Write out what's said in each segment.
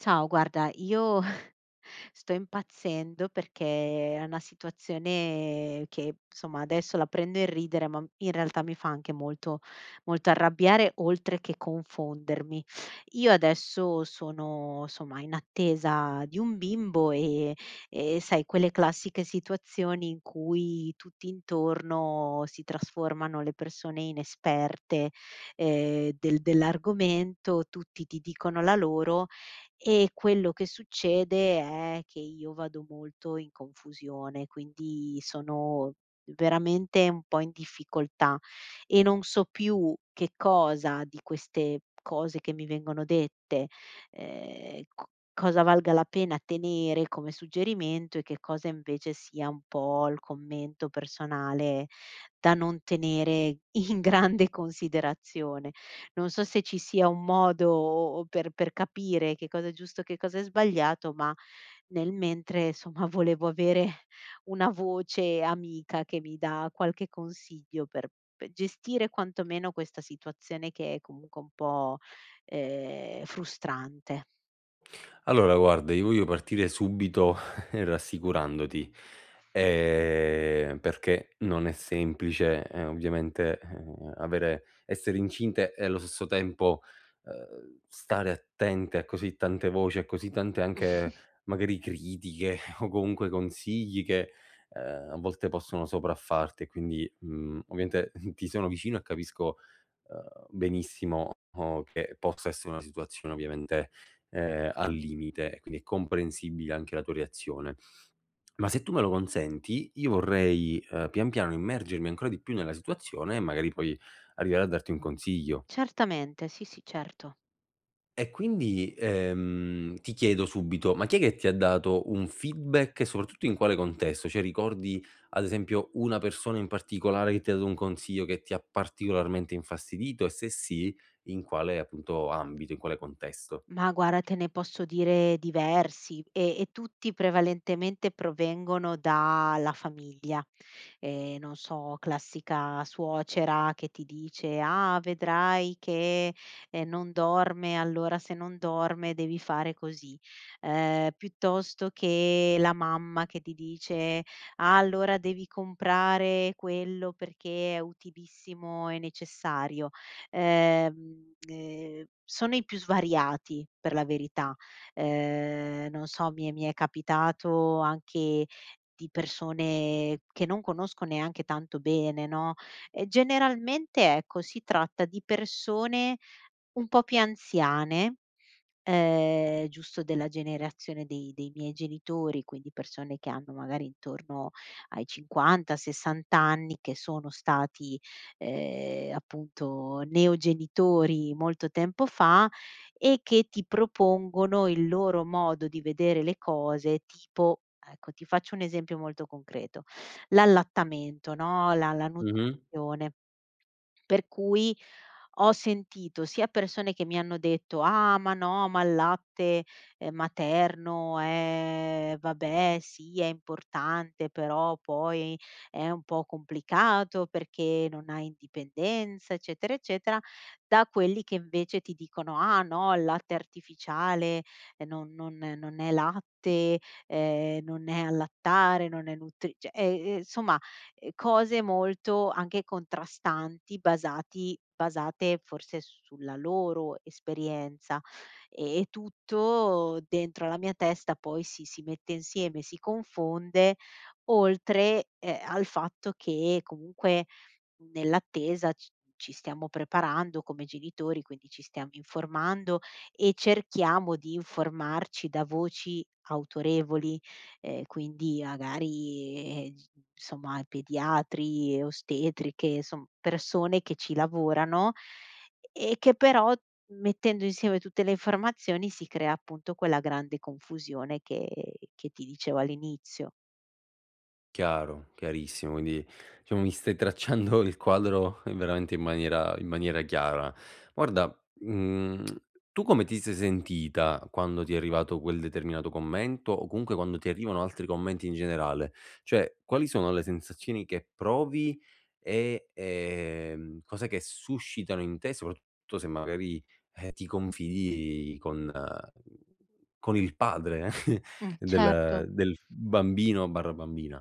Ciao, guarda, io sto impazzendo perché è una situazione che, insomma, adesso la prendo in ridere, ma in realtà mi fa anche molto, molto arrabbiare, oltre che confondermi. Io adesso sono, insomma, in attesa di un bimbo e sai, quelle classiche situazioni in cui tutti intorno si trasformano le persone inesperte, dell'argomento, tutti ti dicono la loro e quello che succede è che io vado molto in confusione, quindi sono veramente un po' in difficoltà e non so più che cosa di queste cose che mi vengono dette, co cosa valga la pena tenere come suggerimento e che cosa invece sia un po' il commento personale da non tenere in grande considerazione. Non so se ci sia un modo o per capire che cosa è giusto, e che cosa è sbagliato, ma nel mentre, insomma, volevo avere una voce amica che mi dà qualche consiglio per p gestire quantomeno questa situazione che è comunque un po', frustrante. Allora guarda, io voglio partire subito rassicurandoti, perché non è semplice, ovviamente, avere essere incinte e allo stesso tempo, stare attente a così tante voci, a così tante anche magari critiche o comunque consigli che, a volte possono sopraffarti e quindi, ovviamente ti sono vicino e capisco, benissimo oh, che possa essere una situazione ovviamente al limite e quindi è comprensibile anche la tua reazione. Ma se tu me lo consenti, io vorrei, pian piano immergermi ancora di più nella situazione e magari poi arrivare a darti un consiglio. Certamente, sì, sì, certo. E quindi, ti chiedo subito: ma chi è che ti ha dato un feedback e soprattutto in quale contesto? Cioè ricordi ad esempio una persona in particolare che ti ha dato un consiglio che ti ha particolarmente infastidito e se sì, in quale appunto ambito, in quale contesto? Ma guarda, te ne posso dire diversi e tutti prevalentemente provengono dalla famiglia. Non so, classica suocera che ti dice: "Ah, vedrai che, non dorme, allora se non dorme devi fare così." Piuttosto che la mamma che ti dice: "Ah, allora devi comprare quello perché è utilissimo e necessario." Sono i più svariati per la verità. Non so, mi è capitato anche di persone che non conosco neanche tanto bene, no, generalmente, ecco, si tratta di persone un po' più anziane, giusto della generazione dei miei genitori, quindi persone che hanno magari intorno ai 50, 60 anni, che sono stati, appunto neogenitori molto tempo fa e che ti propongono il loro modo di vedere le cose, tipo ecco, ti faccio un esempio molto concreto: l'allattamento, no, la Mh-mh. nutrizione. Per cui ho sentito sia persone che mi hanno detto: "Ah, ma no, ma il latte, materno è vabbè, sì, è importante, però poi è un po' complicato perché non hai indipendenza", eccetera, eccetera, da quelli che invece ti dicono: "Ah no, il latte artificiale, non è latte, non è allattare, non è nutri" cioè, insomma cose molto anche contrastanti basati basate forse sulla loro esperienza, e tutto dentro alla mia testa poi si mette insieme, si confonde, oltre, al fatto che comunque nell'attesa c ci stiamo preparando come genitori, quindi ci stiamo informando e cerchiamo di informarci da voci autorevoli, quindi magari, g insomma pediatri, ostetriche, insom persone che ci lavorano e che però, mettendo insieme tutte le informazioni, si crea appunto quella grande confusione che ti dicevo all'inizio. Chiaro, chiarissimo, quindi diciamo mi stai tracciando il quadro veramente in maniera chiara. Guarda, tu come ti sei sentita quando ti è arrivato quel determinato commento, o comunque quando ti arrivano altri commenti in generale? Cioè, quali sono le sensazioni che provi e, cos'è che suscitano in te, soprattutto se magari, ti confidi con il padre Mm, certo. del bambino/bambina?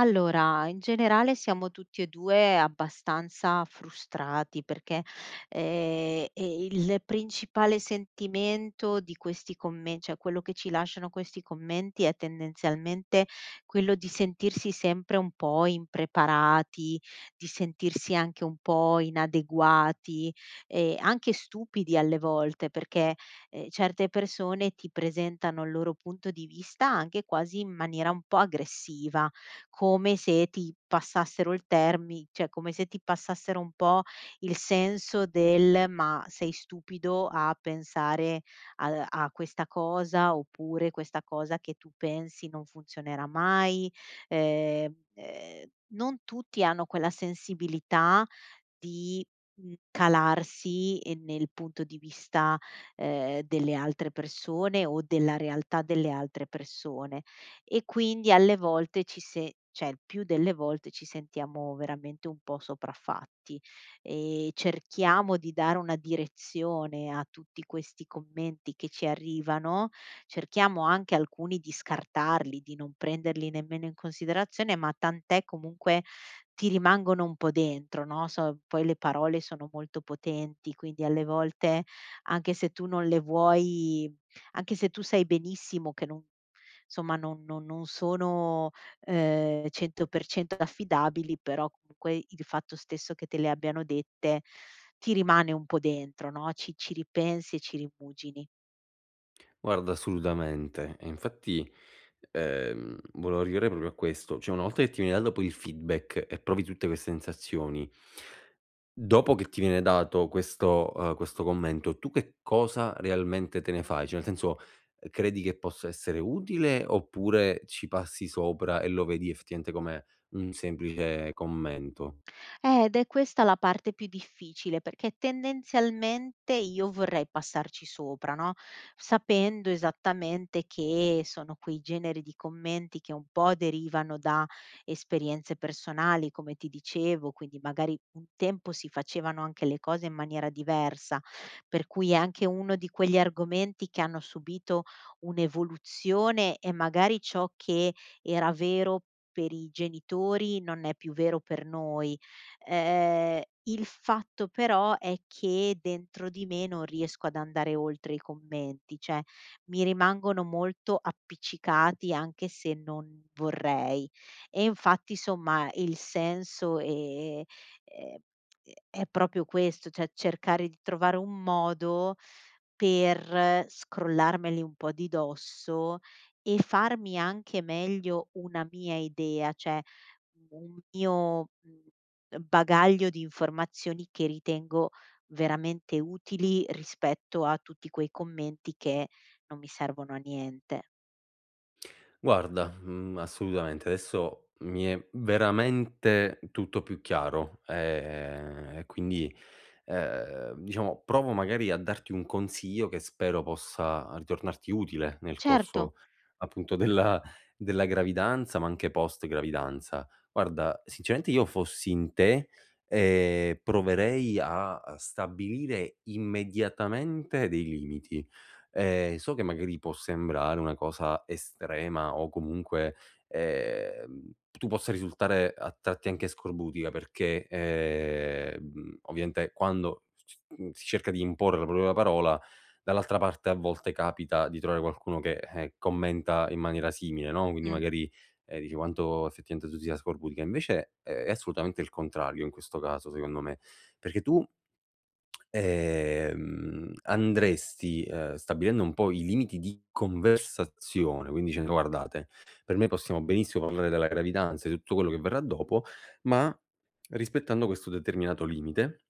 Allora, in generale siamo tutti e 2 abbastanza frustrati perché, il principale sentimento di questi commen cioè quello che ci lasciano questi commenti è tendenzialmente quello di sentirsi sempre un po' impreparati, di sentirsi anche un po' inadeguati e anche stupidi alle volte perché, certe persone ti presentano il loro punto di vista anche quasi in maniera un po' aggressiva, come se ti passassero il termi cioè come se ti passassero un po' il senso del: "Ma sei stupido a pensare a questa cosa", oppure "Questa cosa che tu pensi non funzionerà mai". Non tutti hanno quella sensibilità di, mhmm, calarsi, nel punto di vista, delle altre persone o della realtà delle altre persone, e quindi alle volte ci se cioè il più delle volte ci sentiamo veramente un po' sopraffatti e cerchiamo di dare una direzione a tutti questi commenti che ci arrivano, cerchiamo anche alcuni di scartarli, di non prenderli nemmeno in considerazione, ma tant'è, comunque ti rimangono un po' dentro, no, so poi le parole sono molto potenti, quindi alle volte anche se tu non le vuoi, anche se tu sai benissimo che non, insomma, non sono, 100% affidabili, però comunque il fatto stesso che te le abbiano dette ti rimane un po' dentro, no, ci ripensi e ci rimugini. Guarda, assolutamente. E infatti, volevo arrivare proprio a questo. Cioè, una volta che ti viene dato poi il feedback e provi tutte queste sensazioni, dopo che ti viene dato questo, questo commento, tu che cosa realmente te ne fai? Cioè, nel senso, credi che possa essere utile, oppure ci passi sopra e lo vedi effettivamente come un semplice commento? Ed è questa la parte più difficile, perché tendenzialmente io vorrei passarci sopra, no, sapendo esattamente che sono quei generi di commenti che un po' derivano da esperienze personali, come ti dicevo, quindi magari un tempo si facevano anche le cose in maniera diversa, per cui è anche uno di quegli argomenti che hanno subito un'evoluzione e magari ciò che era vero per i genitori non è più vero per noi. Ehm, il fatto però è che dentro di me non riesco ad andare oltre i commenti, cioè mi rimangono molto appiccicati anche se non vorrei. E infatti somma il senso, ehm, è proprio questo, cioè cercare di trovare un modo per scrollarmeli un po' di dosso e farmi anche meglio una mia idea, cioè un mio, mhmm, bagaglio di informazioni che ritengo veramente utili rispetto a tutti quei commenti che non mi servono a niente. Guarda, assolutamente. Adesso mi è veramente tutto più chiaro, e quindi, diciamo provo magari a darti un consiglio che spero possa ritornarti utile nel Certo. corso appunto della gravidanza, ma anche post gravidanza. Guarda, sinceramente io fossi in te, proverei a stabilire immediatamente dei limiti. So che magari può sembrare una cosa estrema o comunque, tu possa risultare a tratti anche scorbutica perché, ovviamente quando si cerca di imporre la propria parola, dall'altra parte a volte capita di trovare qualcuno che, commenta in maniera simile, no, quindi Mh. magari, dici: "Quanto effettivamente tu sia scorbutica". Invece, è assolutamente il contrario in questo caso secondo me, perché tu andresti, stabilendo un po' i limiti di conversazione, quindi dicendo: "Guardate, per me possiamo benissimo parlare della gravidanza e di tutto quello che verrà dopo, ma rispettando questo determinato limite".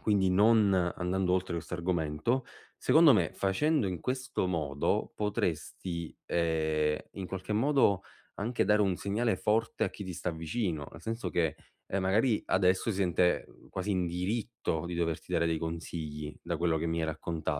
Quindi non andando oltre questo argomento, secondo me facendo in questo modo potresti, in qualche modo anche dare un segnale forte a chi ti sta vicino, nel senso che, magari adesso si sente quasi in diritto di doverti dare dei consigli, da quello che mi hai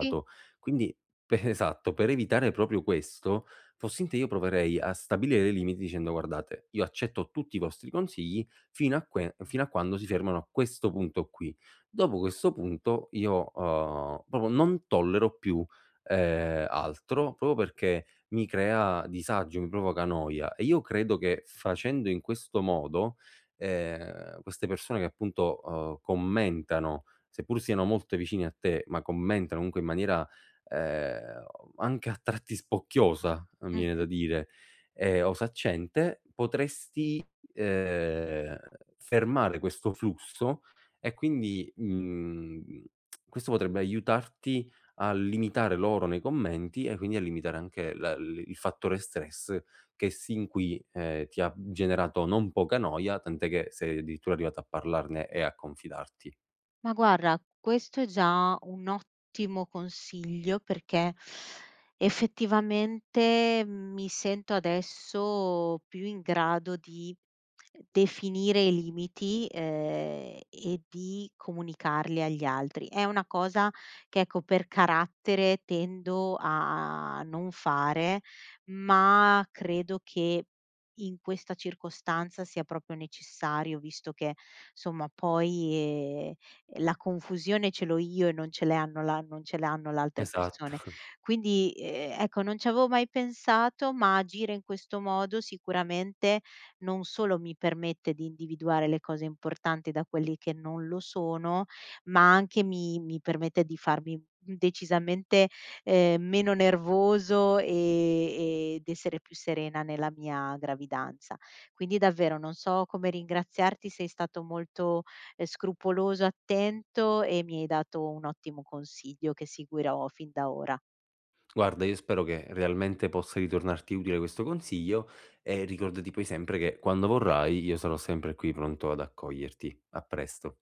Sì. Quindi pe esatto, per evitare proprio questo, fossi in te io proverei a stabilire dei limiti dicendo: "Guardate, io accetto tutti i vostri consigli fino a quando si fermano a questo punto qui. Dopo questo punto io, proprio non tollero più, altro, proprio perché mi crea disagio, mi provoca noia e io credo che facendo in questo modo, queste persone che appunto, commentano, seppur siano molto vicine a te, ma commentano comunque in maniera, ehm, anche a tratti spocchiosa, mi viene da Mh-mh. dire, e osaccente, potresti, ehm, fermare questo flusso e quindi, questo potrebbe aiutarti a limitare l'oro nei commenti e quindi a limitare anche la l il fattore stress che sin qui, ti ha generato non poca noia, tant'è che sei addirittura arrivata a parlarne e a confidarti. Ma guarda, questo è già un ottimo consiglio perché effettivamente mi sento adesso più in grado di definire i limiti, e di comunicarli agli altri. È una cosa che, ecco, per carattere tendo a non fare, ma credo che in questa circostanza sia proprio necessario, visto che insomma poi la confusione ce l'ho io e non ce l'hanno la, non ce l'hanno le altre persone. Esatto. Quindi, ecco, non ci avevo mai pensato, ma agire in questo modo sicuramente non solo mi permette di individuare le cose importanti da quelli che non lo sono, ma anche mi permette di farmi decisamente, meno nervoso, e ed essere più serena nella mia gravidanza. Quindi davvero non so come ringraziarti, sei stato molto, scrupoloso, attento, e mi hai dato un ottimo consiglio che seguirò fin da ora. Guarda, io spero che realmente possa ritornarti utile questo consiglio e ricordati poi sempre che quando vorrai io sarò sempre qui pronto ad accoglierti. A presto.